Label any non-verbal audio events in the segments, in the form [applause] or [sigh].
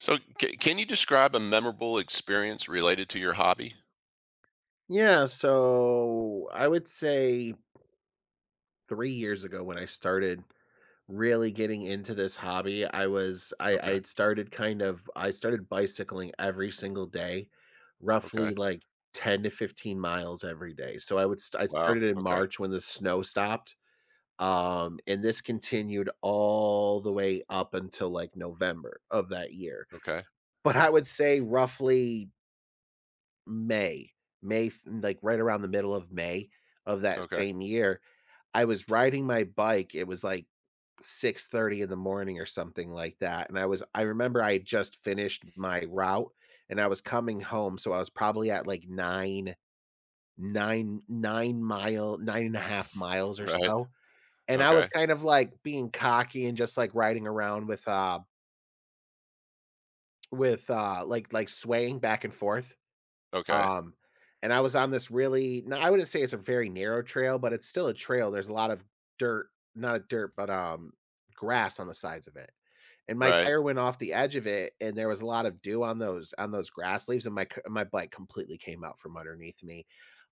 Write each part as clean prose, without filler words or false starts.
So, c can you describe a memorable experience related to your hobby? Yeah, so I would say 3 years ago when I started really getting into this hobby, I was I Okay, started kind of I started bicycling every single day, okay. roughly like 10 to 15 miles every day. So I would st I Wow, started in okay, March when the snow stopped, and this continued all the way up until like November of that year. okay, But I would say roughly May. Like, right around the middle of May of that okay. same year, I was riding my bike, it was, like, 6:30 in the morning or something like that, and I remember I had just finished my route, and I was coming home, so I was probably at, like, 9.5 miles or Right, so, and I was okay, kind of, like, being cocky and just, like, riding around with, like, swaying back and forth. okay, Um, and I was on this really, no, I wouldn't say it's a very narrow trail, but it's still a trail. There's a lot of dirt, not dirt, but grass on the sides of it. And my right. tire went off the edge of it, and there was a lot of dew on those grass leaves, and my bike completely came out from underneath me.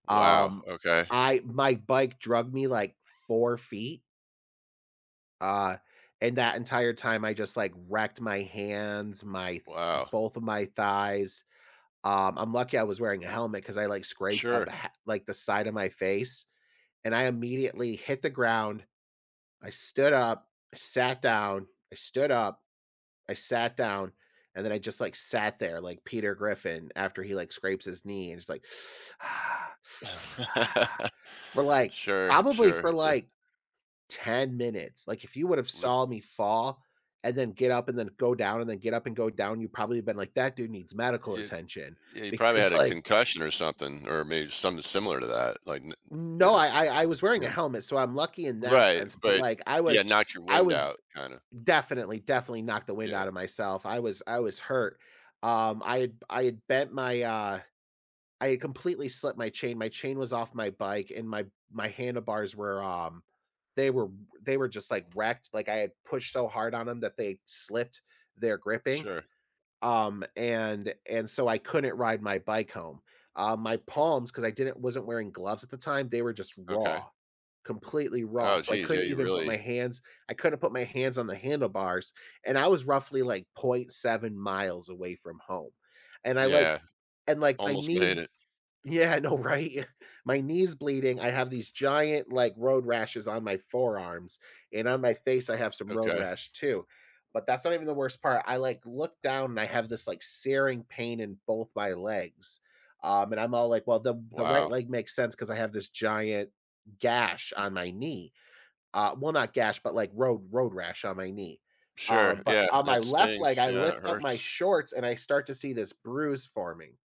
Wow, Um, okay, I my bike drug me like 4 feet. Uh, and that entire time, I just like wrecked my hands, my wow. both of my thighs, I'm lucky I was wearing a helmet because I, like, scraped up Sure. a ha like, the side of my face, and I immediately hit the ground, I stood up, I sat down, I stood up, I sat down, and then I just, like, sat there like Peter Griffin after he, like, scrapes his knee and just like, [sighs] "Ah," [laughs] for, like Sure, probably sure. for, The like, 10 minutes. Like, if you would have we saw me fall and then get up and then go down and then get up and go down, you probably have been like, "That dude needs medical it attention," Yeah, you probably because, had a like, concussion or something, or maybe something similar to that, like, n no, yeah, I was wearing a yeah. helmet, so I'm lucky in that Right, sense, but, but like, I was yeah, knocked your I wind was out, kinda. definitely, definitely knocked the wind Yeah, out of myself. I was hurt. Um, I had I had bent my, uh I had completely slipped my chain. My chain was off my bike, and my handlebars were, they were they were just, like, wrecked, like, I had pushed so hard on them that they slipped their gripping, sure, and so I couldn't ride my bike home. My palms, because I didn't wasn't wearing gloves at the time, they were just okay. raw, completely raw, Oh, so I geez, yeah, couldn't you even put my really hands I couldn't put my hands on the handlebars, and I was roughly, like, 0.7 miles away from home, and I, like yeah, and, like, my almost made knees, it. yeah, no, right? [laughs] My knee's bleeding, I have these giant, like, road rashes on my forearms, and on my face, I have some road Okay. rash too, but that's not even the worst part, I, like, look down and I have this, like, searing pain in both my legs, and I'm all like, "Well, the right Wow. leg makes sense because I have this giant gash on my knee." Well, not gash, but, like, road rash on my knee, Sure. But Yeah, on my that left leg, stings. I Yeah, lift it up my hurts. shorts and I start to see this bruise forming.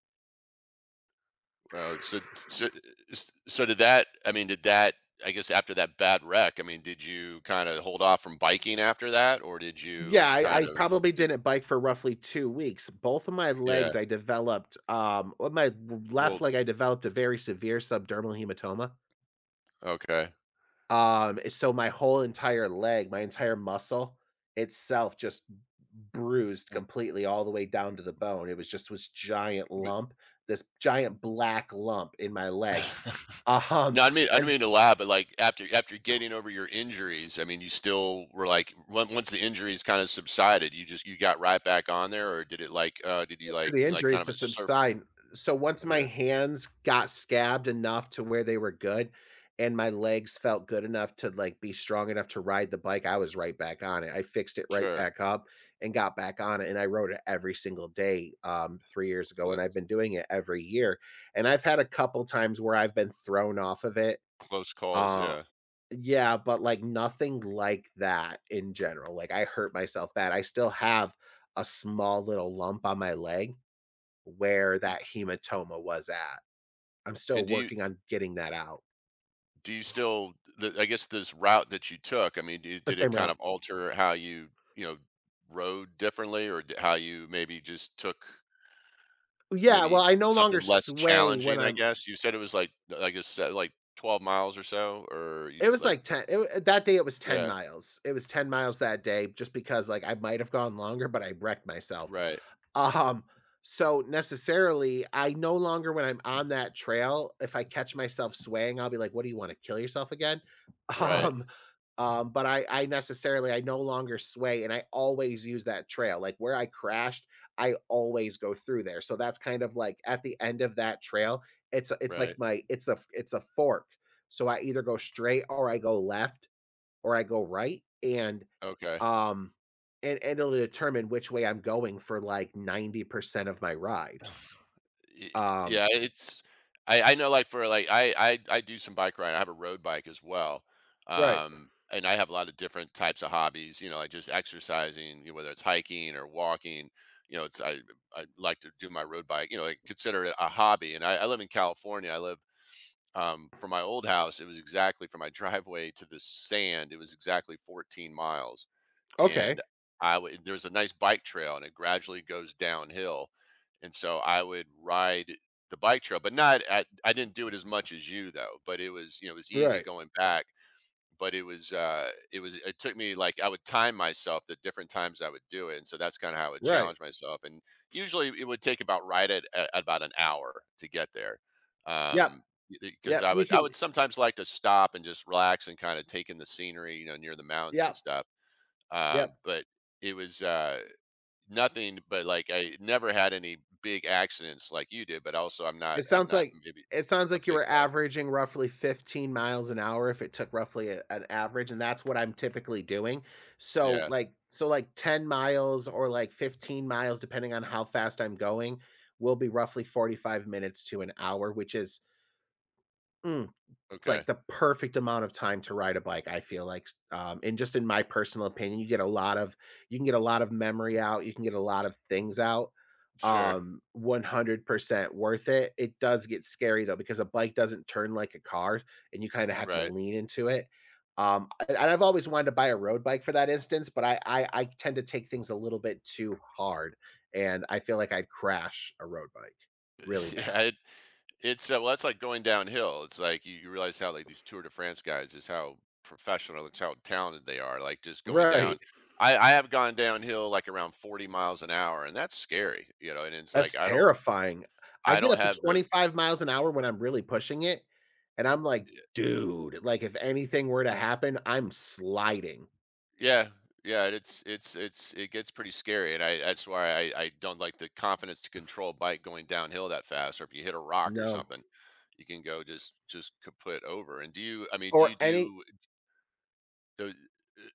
Wow. So did that? I mean, did that? I guess after that bad wreck, I mean, did you kind of hold off from biking after that, or did Yeah, you I, kind I of probably just? didn't bike for roughly 2 weeks. Both of my Yeah. legs, on my left Well. leg, I developed a very severe subdermal hematoma. Okay. So my whole entire leg, my entire muscle itself just bruised Well, completely all the way down to the bone. It was just this giant but lump, this giant black lump in my leg. [sighs] [laughs] Um, no, I mean, I don't and mean to laugh, but like after getting over your injuries, I mean, you still were like on- once the injuries kind of subsided, you just you got right back on there, or did it like did you for like the you know, like injuries kind to of a surf? subside. So once my Yeah. hands got scabbed enough to where they were good and my legs felt good enough to, like, be strong enough to ride the bike, I was right back on it. I fixed it right Sure. back up and got back on it, and I rode it every single day, 3 years ago, and Well, I've been doing it every year, and I've had a couple times where I've been thrown off of it. close calls, Uh yeah. Yeah, but, like, nothing like that in general. Like, I hurt myself bad. I still have a small little lump on my leg where And that hematoma was at. I'm still and do you working on getting that out. Still the I guess this route that you took, I mean, do The did it same kind route. of alter how you, you know, rode differently or d how you maybe just took Yeah, well, maybe I no longer something less sway when challenging, I I'm, guess? You said it was like I guess, like 12 miles or so or you it was like like 10 it wa that day it was 10 yeah, miles. It was 10 miles that day just because, like, I might have gone longer, but I wrecked myself. right, Um, so necessarily, I no longer when I'm on that trail, if I catch myself swaying, I'll be like, "What do you wanna kill yourself again?" [laughs] right, Um but I no longer sway and I always use that trail. Like where I crashed, I always go through there. So that's kind of like at the end of that trail, it's a, it's like right. my it's a fork. So I either go straight or I go left or I go right Okay. um and it'll determine which way I'm going for like 90% of my ride. Y Um Yeah, it's I know, like, for, like I do some bike riding, I have a road bike as well, Right. And I have a lot of different types of hobbies, you know, like, just exercising, you know, whether it's hiking or walking, you know, it's I like to do my road bike, you know, I consider it a hobby, and I live in California, I live, from my old house, it was exactly from my [laughs] driveway to the sand, it was exactly 14 miles Okay. and I would there's a nice bike trail and it gradually goes downhill. And so I would ride the bike trail, but not at I didn't do it as much as you though, but it was, you know, it was easy Right. going back, but it took me like I would time myself the different times I would do it. And so that's kind of how I would Right. challenge myself. And usually it would take about at about an hour to get there. Yep. Um, because Yep. You I can. would sometimes like to stop and just relax and kind of take in the scenery, you know, near the mountains and Yep. stuff Yep. but it was nothing. But like I never had any big accidents like you did. But also, It I'm sounds not like maybe it sounds a like you big were biker. averaging roughly 15 miles an hour if it took roughly a an average, and that's what I'm typically doing. So, Yeah. like so, like, 10 miles or, like, 15 miles, depending on how fast I'm going, will be roughly 45 minutes to an hour, which is mm Okay. like the perfect amount of time to ride a bike, I feel like, and just in my personal opinion, you can get a lot of memory out, you can get a lot of things out, Sure. 100% worth it. It does get scary though because a bike doesn't turn like a car and you kinda have to Right. lean into it. And I've always wanted to buy a road bike for that instance, but I tend to take things a little bit too hard, and I feel like I'd crash a road bike really [laughs] bad. Yeah. It's well, that's like going downhill. It's like you realize how like these Tour de France guys is how professional, it's how talented they are. Like just going down. Right. I have gone downhill like around 40 miles an hour and that's scary, you know, and it's like That's terrifying. I I get don't up to have the 25 miles an hour when I'm really pushing it, and I'm like, "Dude, like, if anything were to happen, I'm sliding." yeah, yeah, it gets pretty scary, and I that's why I don't like the confidence to control bike going downhill that fast, or if you hit a rock or No. something, you can go just kaput over. And do you? I mean, do you Or any do? uh,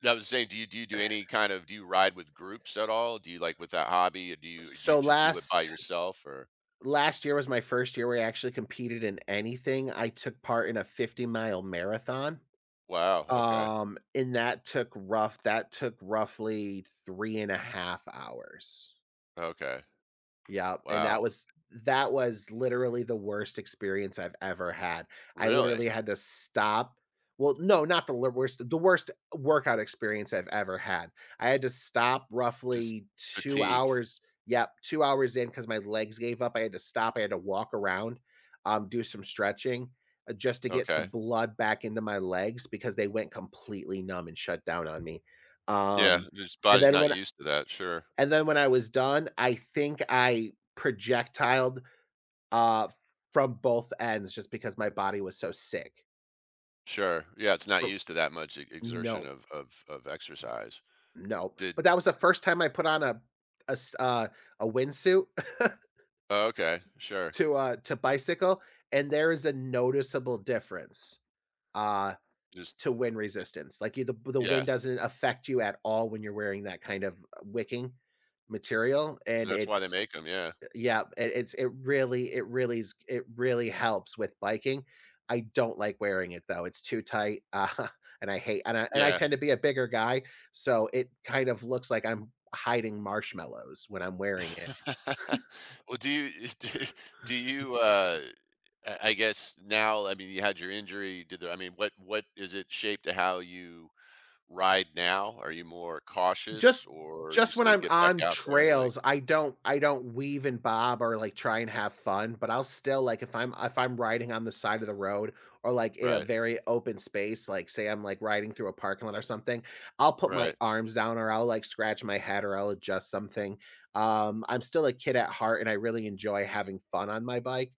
I was saying, do you do any kind of do you ride with groups at all? Do you like with that hobby, or do you so just do it by last yourself? Or last year was my first year where I actually competed in anything. I took part in a 50-mile marathon. wow, okay, And that took roughly 3.5 hours. okay, Yeah, and that wow, was that was literally the worst experience I've ever had. I really? literally had to stop, well, no, not the li worst the worst workout experience I've ever had. I had to stop Just roughly 2 fatigue. hours, yep, 2 hours in because my legs gave up. I had to stop, I had to walk around, do some stretching, just to get the Okay, blood back into my legs because they went completely numb and shut down on me. yeah, Um, his and body's then not when used to that. Sure. and then when I was done, I think I projectiled uh, from both ends just because my body was so sick. Sure. Yeah, it's not R- used to that much e exertion No, of exercise. no. Did But that was the first time I put on a s- uh, a windsuit oh, okay, [laughs] sure. To bicycle, and there is a noticeable difference uh Just to wind it resistance. Like you, the wind yeah, doesn't affect you at all when you're wearing that kind of wicking material, and that's why they it's make them. Yeah. yeah, it, it's it really is it really helps with biking. I don't like wearing it though. It's too tight, [laughs] and I hate, and I Yeah. tend to be a bigger guy, so it kind of looks like I'm hiding marshmallows when I'm wearing it. [laughs] Well, do you [laughs] d do you, I guess now, I mean, you had your injury, did there? I mean, what is it shaped to how you ride now? Are you more cautious just or you just when still I'm get back on out there? Like trails, I don't weave and bob or like try and have fun, but I'll still like if I'm riding on the side of the road or like in a right, very open space, like say I'm like riding through a parking lot or something, I'll put my right. arms down or I'll like scratch my head or I'll adjust something. I'm still a kid at heart and I really enjoy having fun on my bike.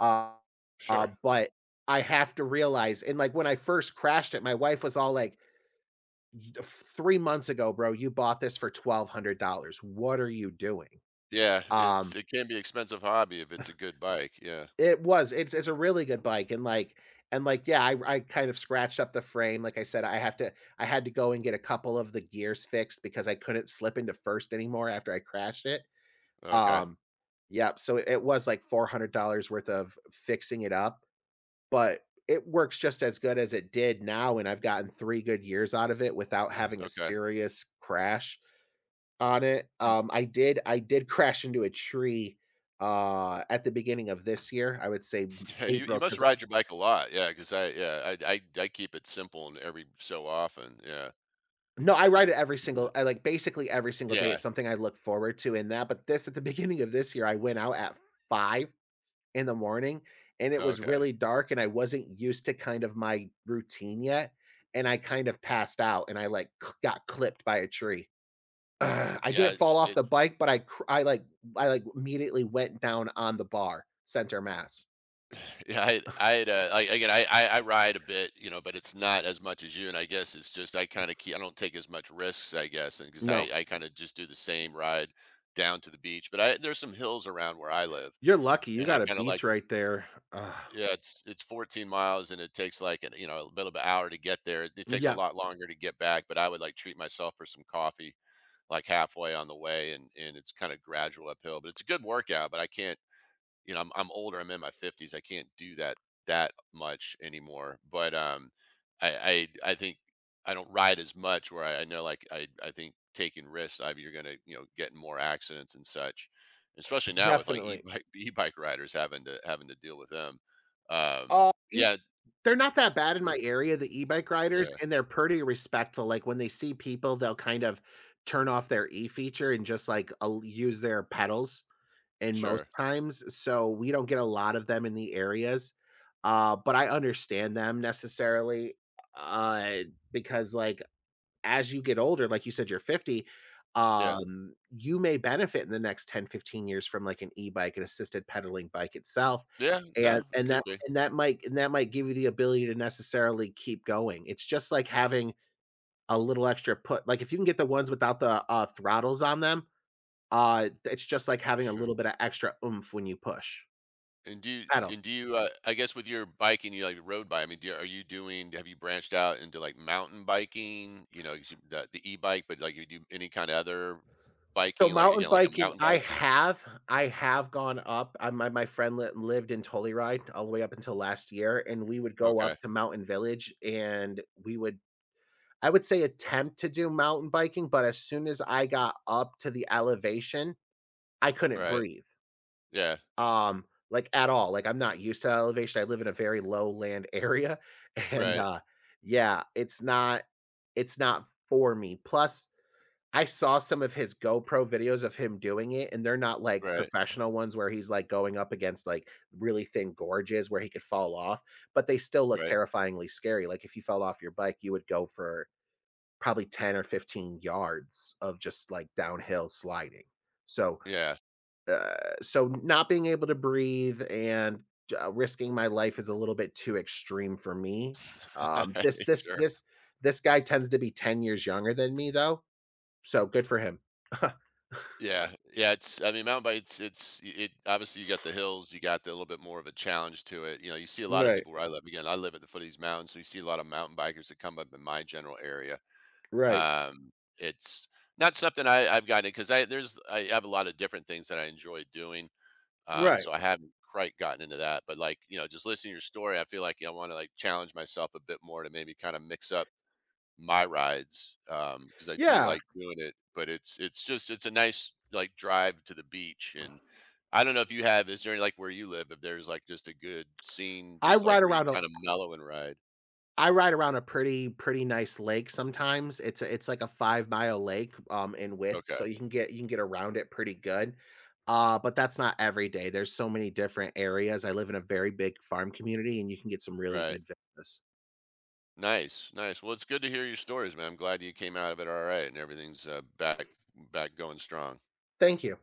Uh, Sure. but I have to realize, and like when I first crashed it, my wife was all like, 3 months ago, bro, you bought this for $1,200. What are you doing?" Yeah, it's Um, it can be expensive hobby if it's a good bike, yeah. it was it's a really good bike, and like, yeah, I kind of scratched up the frame. Like I said, I had to go and get a couple of the gears fixed because I couldn't slip into first anymore after I crashed it. Okay. Um, yeah, so it was like $400 worth of fixing it up, but it works just as good as it did now, and I've gotten 3 good years out of it without having a Okay. serious crash on it. And I did crash into a tree, at the beginning of this year, I would say [laughs] yeah, you April, must because... ride your bike a lot, yeah, because I yeah, I keep it simple and every so often, yeah. No, I It ride it it every it single— is. I, like, basically every single day. Yeah, It's something I look forward to in that, but this at the [laughs] beginning of this year, I went out at 5 in the morning, and it was okay. really dark, and I wasn't used to kind of my routine yet, and I kind of passed out, and I, like, c got clipped by a tree. [sighs] Ugh, I didn't Yeah, fall off it the bike, but I, like, immediately went down on the bar, center mass. [sighs] yeah, I had, I ride a bit, you know, but it's not as much as you, and I guess it's just I kinda keep. I don't take as much risks, I guess, and because No. I kinda just do the same ride down to the beach, but I there's some hills around where I live, You're lucky, you and I got a kinda like Beats right there. Ugh. yeah, it's 14 miles and it takes like an you know a little bit hour to get there. It takes a Yep, lot longer to get back, but I would like treat myself for some coffee like halfway on the way, and it's kind of gradual uphill. But it's a good workout, but I can't you know, I'm older. I'm in my 50s. I can't do that much anymore. But I think I don't ride as much. Where I know, like I think taking risks, I you're gonna you know get in more accidents and such. Especially now with like definitely. e-bike [laughs] e-bike riders having to deal with them. Um, E yeah, They're not that bad in yeah, my area, the e-bike riders, yeah, and they're pretty respectful. Like, when they see people, they'll kind of turn off their E feature and just, like, use their pedals in most sure, times, so we don't get a lot of them in the areas, but I understand them necessarily, uh, because, like, as you get older, like you said, you're 50, yeah, you may benefit in the next 10, 15 years from like an e-bike, an assisted pedaling bike itself. yeah. No, it could be And that might give you the ability to necessarily keep going. It's just like having a little extra put, like, if you can get the ones without the throttles on them, it's just like having a sure. little bit of extra oomph when you push. And do you Pedal. and do you I guess with your biking, you like road bike. I mean, do, you, are you doing? Have you branched out into like mountain biking? You know, 'cause the e-bike, but like you do any kind of other So biking, like mountain again, like a biking, mountain biking. I have gone up. I My friend li lived in Telluride all the way up until last year, and we would go up Okay, to Mountain Village, and we would I would say attempt to do mountain biking, but as soon as I got up to the elevation, I couldn't right, breathe, yeah, um, like, at all. Like, I'm not used to elevation, I live in a very low land area, [laughs] and, right, yeah, it's not for me. Plus I saw some of his GoPro videos of him doing it, and they're not, like, right, professional ones where he's, like, going up against, like, really thin gorges where he could fall off, but they still look right, terrifyingly scary. Like, if you fell off your bike, you would go for probably 10 or 15 yards of just, like, downhill sliding. So, yeah, so not being able to breathe and, risking my life is a little bit too extreme for me. [laughs] Um, this alright, this sure, this this guy tends to be 10 years younger than me, though, so good for him. [laughs] yeah, yeah. It's I mean, mountain bikes. It obviously you got the hills, you got the, a little bit more of a challenge to it. You know, you see a lot of Right, people where I live. Again, I live at the foot of these mountains, so you see a lot of mountain bikers that come up in my general area right, um, it's not something I've gotten because I there's I have a lot of different things that I enjoy doing. Right. So I haven't quite gotten into that, but like, you know, just listening to your story, I feel like I want to like challenge myself a bit more to maybe kind of mix up my rides. Because I do Yeah, like doing it, but it's just it's a nice like drive to the beach and I don't know if you have, is there any, like where you live, if there's like just a good scene, I just like ride where you around a kind of mellow and ride? I ride around a pretty nice lake sometimes. It's like a 5-mile lake in width, so Okay. You can get around it pretty good. But that's not every day. There's so many different areas. I live in a very big farm community and you can get some really Right. good vistas. Nice, nice. Well, it's good to hear your stories, man. I'm glad you came out of it all right and everything's back back going strong. Thank you.